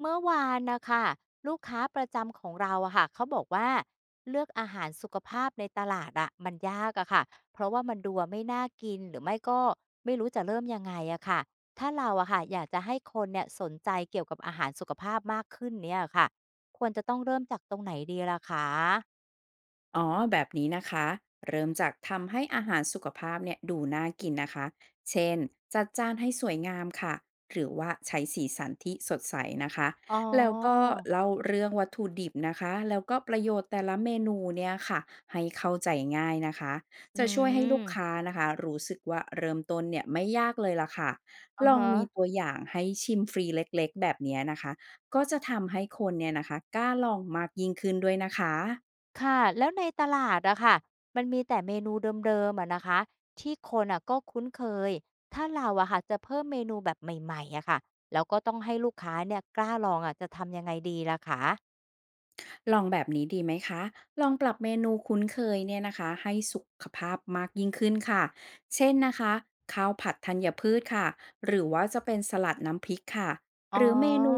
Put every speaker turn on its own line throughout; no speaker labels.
เมื่อวานนะคะลูกค้าประจำของเราอะค่ะเขาบอกว่าเลือกอาหารสุขภาพในตลาดอะมันยากอะค่ะเพราะว่ามันดูไม่น่ากินหรือไม่ก็ไม่รู้จะเริ่มยังไงอะค่ะถ้าเราอะค่ะอยากจะให้คนเนี่ยสนใจเกี่ยวกับอาหารสุขภาพมากขึ้นเนี่ยค่ะควรจะต้องเริ่มจากตรงไหนดีล่ะคะ
อ๋อแบบนี้นะคะเริ่มจากทำให้อาหารสุขภาพเนี่ยดูน่ากินนะคะเช่นจัดจานให้สวยงามค่ะหรือว่าใช้สีสันที่สดใสนะคะ
อ๋อ
แล้วก็เล่าเรื่องวัตถุดิบนะคะแล้วก็ประโยชน์แต่ละเมนูเนี่ยค่ะให้เข้าใจง่ายนะคะ
อื
จะช่วยให้ลูกค้า
ม
นะคะรู้สึกว่าเริ่มต้นเนี่ยไม่ยากเลยล่ะค่ะ
อื
ล
อ
อง
ฮะ
มีตัวอย่างให้ชิมฟรีเล็กๆแบบเนี้ยนะคะก็จะทำให้คนเนี่ยนะคะกล้าลองมากยิ่งขึ้นด้วยนะคะ
ค่ะแล้วในตลาดอะค่ะมันมีแต่เมนูเดิมๆอะนะคะที่คนอะก็คุ้นเคยถ้าเราอะค่ะจะเพิ่มเมนูแบบใหม่ๆอะค่ะแล้วก็ต้องให้ลูกค้าเนี่ยกล้าลองอะจะทำยังไงดีล่ะคะ
ลองแบบนี้ดีไหมคะ ลองปรับเมนูคุ้นเคยเนี่ยนะคะให้สุขภาพมากยิ่งขึ้นค่ะเช่นนะคะข้าวผัดธัญพืชค่ะหรือว่าจะเป็นสลัดน้ำพริกค่ะ
อ๋อ
หรือเมนู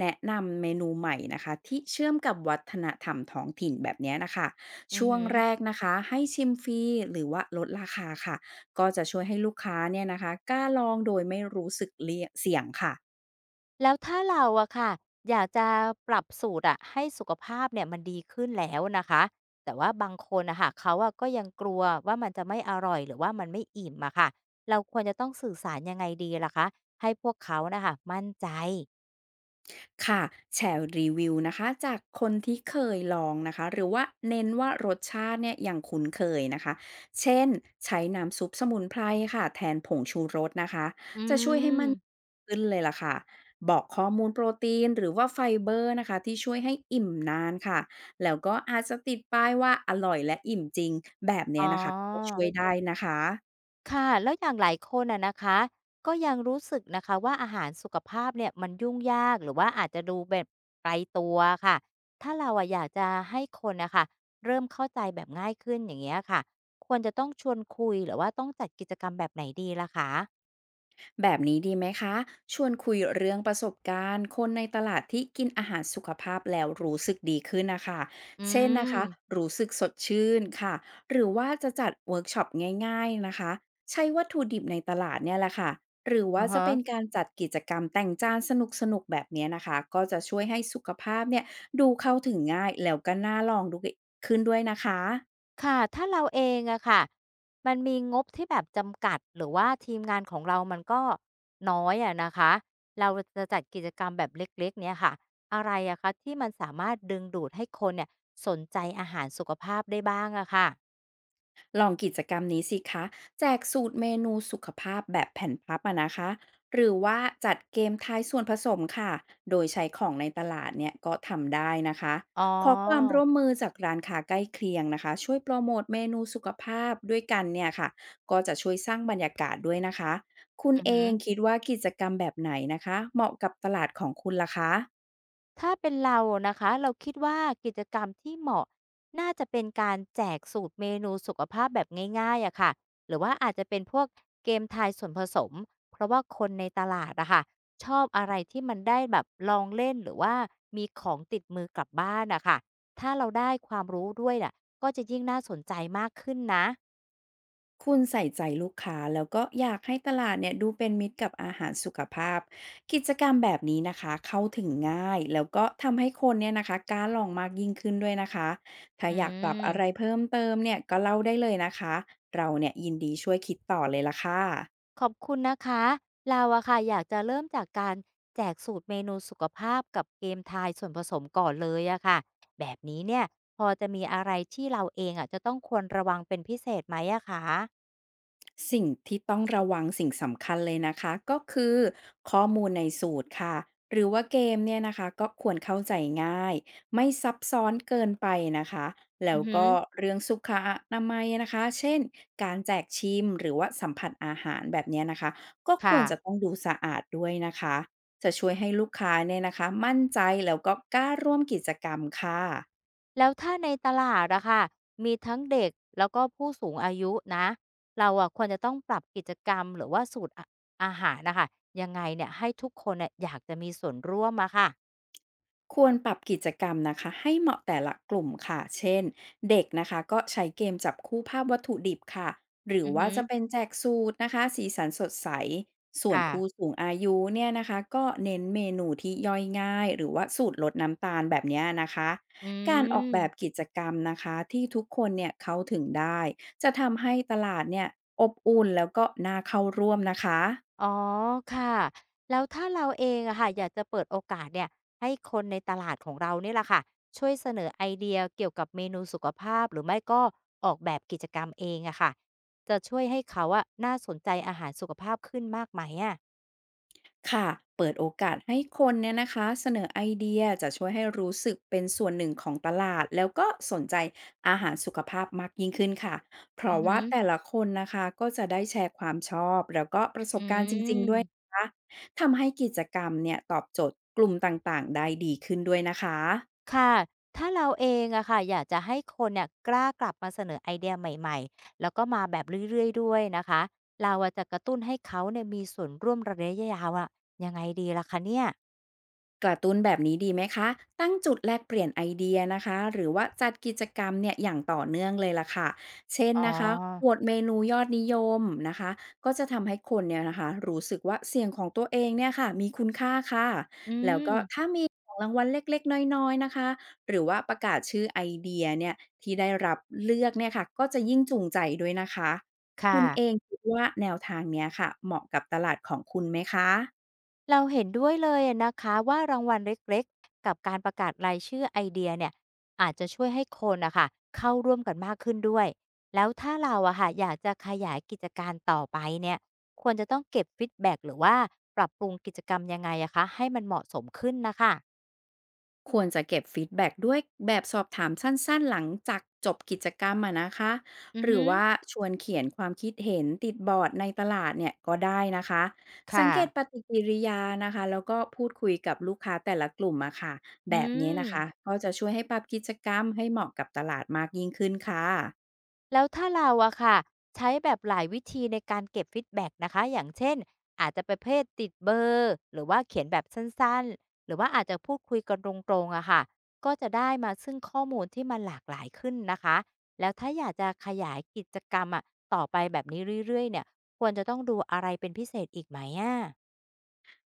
แนะนำเมนูใหม่นะคะที่เชื่อมกับวัฒนธรรมท้องถิ่นแบบเนี้ยนะคะ
อือ
ช่วง
ฮึ
แรกนะคะให้ชิมฟรีหรือว่าลดราคาค่ะ ก็จะช่วยให้ลูกค้าเนี่ยนะคะกล้าลองโดยไม่รู้สึกเลี่ยเสี่ยงค่ะ
แล้วถ้าเราอะค่ะอยากจะปรับสูตรอะให้สุขภาพเนี่ยมันดีขึ้นแล้วนะคะแต่ว่าบางคนอะค่ะเขาอะก็ยังกลัวว่ามันจะไม่อร่อยหรือว่ามันไม่อิ่มอะค่ะเราควรจะต้องสื่อสารยังไงดีล่ะคะให้พวกเขานะคะมั่นใจ
ค่ะแชร์รีวิวนะคะจากคนที่เคยลองนะคะหรือว่าเน้นว่ารสชาติเนี่ยยังคุ้นเคยนะคะเช่นใช้น้ำซุปสมุนไพรค่ะแทนผงชูรสนะคะ
อื
จะช่วยให้มัน
ม
ขึ้นเลยล่ะค่ะบอกข้อมูลโปรตีนหรือว่าไฟเบอร์นะคะที่ช่วยให้อิ่มนานค่ะแล้วก็อาจจะติดป้ายว่าอร่อยและอิ่มจริงแบบเนี้
อ๋อ
ยนะคะก็ช่วยได้นะคะ
ค่ะ แล้วอย่างหลายคนอะนะคะ ก็ยังรู้สึกนะคะว่าอาหารสุขภาพเนี่ยมันยุ่งยากหรือว่าอาจจะดูแบบไกลตัวค่ะ ถ้าเราอะอยากจะให้คนนะคะเริ่มเข้าใจแบบง่ายขึ้นอย่างเงี้ยค่ะ ควรจะต้องชวนคุยหรือว่าต้องจัดกิจกรรมแบบไหนดีล่ะคะ
แบบนี้ดีไหมคะชวนคุยเรื่องประสบการณ์คนในตลาดที่กินอาหารสุขภาพแล้วรู้สึกดีขึ้นนะคะ
อื
เช่นนะ
ม
คะ รู้สึกสดชื่นค่ะ หรือว่าจะจัดเวิร์กช็อปง่ายๆนะคะ ใช้วัตถุดิบในตลาดเนี่ยแหละค่ะหรือว่า
อะ
จะ
ฮะ
เป็นการจัดกิจกรรมแต่งจานสนุกๆแบบเนี้ยนะคะ ก็จะช่วยให้สุขภาพเนี่ยดูเข้าถึงง่ายแล้วก็น่าลองดูขึ้นด้วยนะคะ
ค่ะ ถ้าเราเองอะค่ะ มันมีงบที่แบบจำกัด หรือว่าทีมงานของเรามันก็น้อยอะนะคะ เราจะจัดกิจกรรมแบบเล็กๆเนี่ยค่ะ อะไรอะคะที่มันสามารถดึงดูดให้คนเนี่ยสนใจอาหารสุขภาพได้บ้างอะค่ะ
ลองกิจกรรมนี้สิคะแจกสูตรเมนูสุขภาพแบบแผ่นพับอะนะคะหรือว่าจัดเกมทายส่วนผสมค่ะโดยใช้ของในตลาดเนี่ยก็ทำได้นะคะ
อ๋
ขอความ
อ
ร่วมมือจากร้านค้าใกล้เคียงนะคะช่วยโปรโมทเมนูสุขภาพด้วยกันเนี่ยค่ะก็จะช่วยสร้างบรรยากาศด้วยนะคะคุณ
อือ
เอ
ฮึ
งคิดว่ากิจกรรมแบบไหนนะคะเหมาะกับตลาดของคุณล่ะคะ
ถ้าเป็นเรานะคะเราคิดว่ากิจกรรมที่เหมาะน่าจะเป็นการแจกสูตรเมนูสุขภาพแบบง่ายๆอะค่ะหรือว่าอาจจะเป็นพวกเกมทายส่วนผสมเพราะว่าคนในตลาดอะค่ะชอบอะไรที่มันได้แบบลองเล่นหรือว่ามีของติดมือกลับบ้านอะค่ะถ้าเราได้ความรู้ด้วยน่ะก็จะยิ่งน่าสนใจมากขึ้นนะ
คุณใส่ใจลูกค้าแล้วก็อยากให้ตลาดเนี่ยดูเป็นมิตรกับอาหารสุขภาพกิจกรรมแบบนี้นะคะเข้าถึงง่ายแล้วก็ทำให้คนเนี่ยนะคะกล้าลองมากยิ่งขึ้นด้วยนะคะถ้า
อื
อยากปรับอะไร
ม
เพิ่มเติมเนี่ยก็เล่าได้เลยนะคะเราเนี่ยยินดีช่วยคิดต่อเลยละค่ะ
ขอบคุณนะคะเราอะค่ะอยากจะเริ่มจากการแจกสูตรเมนูสุขภาพกับเกมทายส่วนผสมก่อนเลยอะค่ะแบบนี้เนี่ยพอจะมีอะไรที่เราเองอะจะต้องควรระวังเป็นพิเศษไหมอะคะ
สิ่งที่ต้องระวังสิ่งสำคัญเลยนะคะก็คือข้อมูลในสูตรค่ะหรือว่าเกมเนี่ยนะคะก็ควรเข้าใจง่ายไม่ซับซ้อนเกินไปนะคะแล้
อื
ว
อหือ
ก็เรื่องสุขอนามัยนะคะเช่นการแจกชิมหรือว่าสัมผัสอาหารแบบเนี้ยนะคะก็คว
ค่ะ
รจะต้องดูสะอาดด้วยนะคะจะช่วยให้ลูกค้าเนี่ยนะคะมั่นใจแล้วก็กล้าร่วมกิจกรรมค่ะ
แล้วถ้าในตลาดอะค่ะมีทั้งเด็กแล้วก็ผู้สูงอายุนะเราอะควรจะต้องปรับกิจกรรมหรือว่าสูตรอะอาหารนะคะยังไงเนี่ยให้ทุกคนเนี่ยอยากจะมีส่วนร่วมอะค่ะ
ควรปรับกิจกรรมนะคะให้เหมาะแต่ละกลุ่มค่ะเช่นเด็กนะคะก็ใช้เกมจับคู่ภาพวัตถุดิบค่ะหรือ
อือ
ว่า
หือ
จะเป็นแจกสูตรนะคะสีสันสดใสส่วน
ค่ะ
ผู้สูงอายุเนี่ยนะคะก็เน้นเมนูที่ย่อยง่ายหรือว่าสูตรลดน้ำตาลแบบเนี้ยนะคะ
อื
การออกแบบ
ม
กิจกรรมนะคะที่ทุกคนเนี่ยเข้าถึงได้จะทำให้ตลาดเนี่ยอบอุ่นแล้วก็น่าเข้าร่วมนะคะ
อ๋อค่ะแล้วถ้าเราเองอะค่ะอยากจะเปิดโอกาสเนี่ยให้คนในตลาดของเราเนี่ยแหละค่ะช่วยเสนอไอเดียเกี่ยวกับเมนูสุขภาพหรือไม่ก็ออกแบบกิจกรรมเองอะค่ะจะช่วยให้เขาอะน่าสนใจอาหารสุขภาพขึ้นมากไหมอะ
ค่ะเปิดโอกาสให้คนเนี่ยนะคะเสนอไอเดียจะช่วยให้รู้สึกเป็นส่วนหนึ่งของตลาดแล้วก็สนใจอาหารสุขภาพมากยิ่งขึ้นค่ะ เพ
อื
ราะ
อหื
ว่า
อ
แต่ละคนนะคะก็จะได้แชร์ความชอบแล้วก็ประส
อื
บการณ์จริงๆด้วย
ม
นะคะทำให้กิจกรรมเนี่ยตอบโจทย์กลุ่มต่างๆได้ดีขึ้นด้วยนะคะ
ค่ะถ้าเราเองอะค่ะอยากจะให้คนเนี่ยกล้ากลับมาเสนอไอเดียใหม่ๆแล้วก็มาแบบเรื่อยๆด้วยนะคะเราอะจะกระตุ้นให้เขาเนี่ยมีส่วนร่วมระยะยาวอะยังไงดีล่ะคะเนี่ย
กระต้นแบบนี้ดีไหมคะตั้งจุดแลกเปลี่ยนไอเดียนะคะ หรือว่าจัดกิจกรรมเนี่ยอย่างต่อเนื่องเลยล่ะค่ะเช่น
อ๋อ
นะคะโหวตเมนูยอดนิยมนะคะ ก็จะทำให้คนเนี่ยนะคะรู้สึกว่าเสียงของตัวเองเนี่ยค่ะมีคุณค่าค่ะ
อื
แล้วก็ถ้า
ม
มีของรางวัลเล็กๆน้อยๆนะคะ หรือว่าประกาศชื่อไอเดียเนี่ยที่ได้รับเลือกเนี่ยค่ะก็จะยิ่งจูงใจด้วยนะคะคุ
ค่ะ
ณเองคิดว่าแนวทางเนี้ยค่ะเหมาะกับตลาดของคุณไหมคะ
เราเห็นด้วยเลยอะนะคะว่ารางวัลเล็กๆ กับการประกาศรายชื่อไอเดียเนี่ยอาจจะช่วยให้คนนะคะเข้าร่วมกันมากขึ้นด้วยแล้วถ้าเราอะค่ะอยากจะขยายกิจการต่อไปเนี่ยควรจะต้องเก็บฟีดแบ็กหรือว่าปรับปรุงกิจกรรมยังไงอะคะให้มันเหมาะสมขึ้นนะคะ
ควรจะเก็บฟีดแบ็กด้วยแบบสอบถามสั้นๆหลังจากจบกิจกรรมอะนะคะ
อื
ห
อ
รือ
ฮึ
ว่าชวนเขียนความคิดเห็นติดบอร์ดในตลาดเนี่ยก็ได้นะคะสัง
ค่ะ
เกตปฏิกิริยานะคะแล้วก็พูดคุยกับลูกค้าแต่ละกลุ่มอะค่ะแบ
อื
บนี้
ม
นะคะก็จะช่วยให้ปรับกิจกรรมให้เหมาะกับตลาดมากยิ่งขึ้นค่ะ
แล้วถ้าเราอะค่ะใช้แบบหลายวิธีในการเก็บฟีดแบ็กนะคะอย่างเช่นอาจจะประเภทติดเบอร์หรือว่าเขียนแบบสั้นๆหรือว่าอาจจะพูดคุยกันตรงๆอะค่ะก็จะได้มาซึ่งข้อมูลที่มันหลากหลายขึ้นนะคะแล้วถ้าอยากจะขยายกิจกรรมอะต่อไปแบบนี้เรื่อยๆเนี่ยควรจะต้องดูอะไรเป็นพิเศษอีกไหมอะ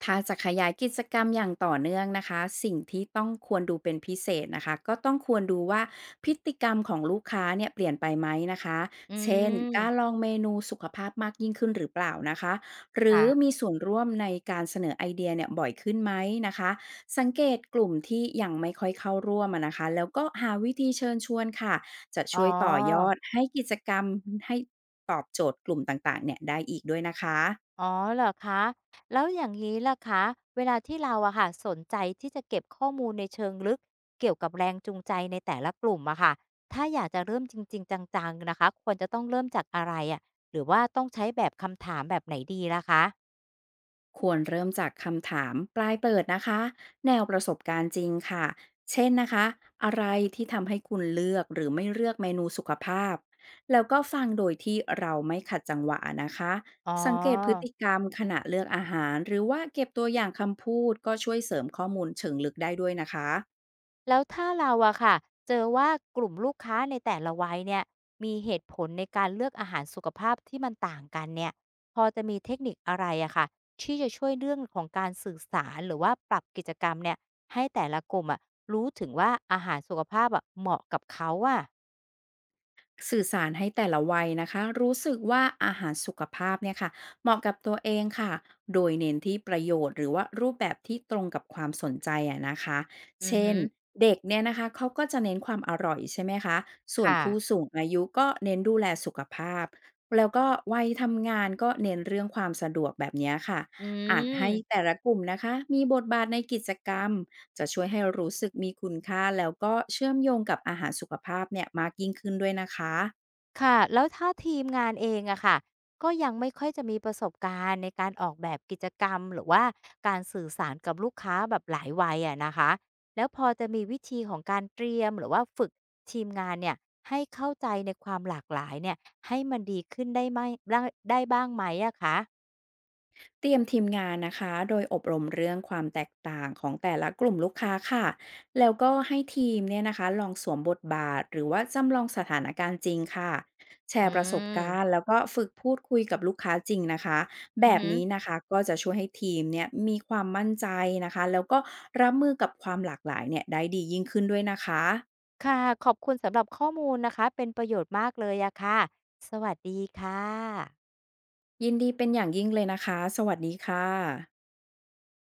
ถ้าจะขยายกิจกรรมอย่างต่อเนื่องนะคะสิ่งที่ต้องควรดูเป็นพิเศษนะคะก็ต้องควรดูว่าพฤติกรรมของลูกค้าเนี่ยเปลี่ยนไปไหมนะคะ
อื
เช่นการ
ม
ลองเมนูสุขภาพมากยิ่งขึ้นหรือเปล่านะคะหรือมี
ค่ะ
ส่วนร่วมในการเสนอไอเดียเนี่ยบ่อยขึ้นไหมนะคะสังเกตกลุ่มที่ยังไม่ค่อยเข้าร่วมอะนะคะแล้วก็หาวิธีเชิญชวนค่ะจะ
อ๋
ช่วยต่อยอ
อ
ดให้กิจกรรมให้ตอบโจทย์กลุ่มต่างๆเนี่ยได้อีกด้วยนะคะ
อ๋อเหรอคะแล้วอย่างนี้ล่ะคะเวลาที่เราอะค่ะสนใจที่จะเก็บข้อมูลในเชิงลึกเกี่ยวกับแรงจูงใจในแต่ละกลุ่มอะค่ะถ้าอยากจะเริ่มจริงๆจังๆนะคะควรจะต้องเริ่มจากอะไรอะหรือว่าต้องใช้แบบคำถามแบบไหนดีล่ะคะ
ควรเริ่มจากคำถามปลายเปิดนะคะแนวประสบการณ์จริงค่ะเช่นนะคะอะไรที่ทำให้คุณเลือกหรือไม่เลือกเมนูสุขภาพแล้วก็ฟังโดยที่เราไม่ขัดจังหวะนะคะ
อ๋อ
สังเกตพฤติกรรมขณะเลือกอาหารหรือว่าเก็บตัวอย่างคำพูดก็ช่วยเสริมข้อมูลเชิงลึกได้ด้วยนะคะ
แล้วถ้าเราอะค่ะเจอว่ากลุ่มลูกค้าในแต่ละวัยเนี่ยมีเหตุผลในการเลือกอาหารสุขภาพที่มันต่างกันเนี่ยพอจะมีเทคนิคอะไรอะค่ะที่จะช่วยเรื่องของการสื่อสารหรือว่าปรับกิจกรรมเนี่ยให้แต่ละกลุ่มอะรู้ถึงว่าอาหารสุขภาพอะเหมาะกับเขาอะ
สื่อสารให้แต่ละวัยนะคะรู้สึกว่าอาหารสุขภาพเนี่ยค่ะเหมาะกับตัวเองค่ะโดยเน้นที่ประโยชน์หรือว่ารูปแบบที่ตรงกับความสนใจอะนะคะ
อือ
เช่
ฮึ
นเด็กเนี่ยนะคะเขาก็จะเน้นความอร่อยใช่ไหมคะส่วนผู้
ค่ะ
สูงอายุก็เน้นดูแลสุขภาพแล้วก็วัยทำงานก็เน้นเรื่องความสะดวกแบบเนี้ยค่ะ
อื
อาจให้
ม
แต่ละกลุ่มนะคะมีบทบาทในกิจกรรม จะช่วยให้รู้สึกมีคุณค่าแล้วก็เชื่อมโยงกับอาหารสุขภาพเนี่ยมากยิ่งขึ้นด้วยนะคะ
ค่ะแล้วถ้าทีมงานเองอะค่ะก็ยังไม่ค่อยจะมีประสบการณ์ในการออกแบบกิจกรรมหรือว่าการสื่อสารกับลูกค้าแบบหลายวัยอะนะคะแล้วพอจะมีวิธีของการเตรียมหรือว่าฝึกทีมงานเนี่ยให้เข้าใจในความหลากหลายเนี่ยให้มันดีขึ้นได้ไหมได้ได้บ้างไหมอะคะ
เตรียมทีมงานนะคะโดยอบรมเรื่องความแตกต่างของแต่ละกลุ่มลูกค้าค่ะแล้วก็ให้ทีมเนี่ยนะคะลองสวมบทบาทหรือว่าจำลองสถานการณ์จริงค่ะแช
อื
ร์ประสบการณ์
ม
แล้วก็ฝึกพูดคุยกับลูกค้าจริงนะคะแบ
อือ
บ
หือ
นี้นะคะก็จะช่วยให้ทีมเนี่ยมีความมั่นใจนะคะแล้วก็รับมือกับความหลากหลายเนี่ยได้ดียิ่งขึ้นด้วยนะคะ
ค่ะขอบคุณสำหรับข้อมูลนะคะเป็นประโยชน์มากเลยอะค่ะสวัสดีค่ะ
ยินดีเป็นอย่างยิ่งเลยนะคะ สวัสดีค่ะ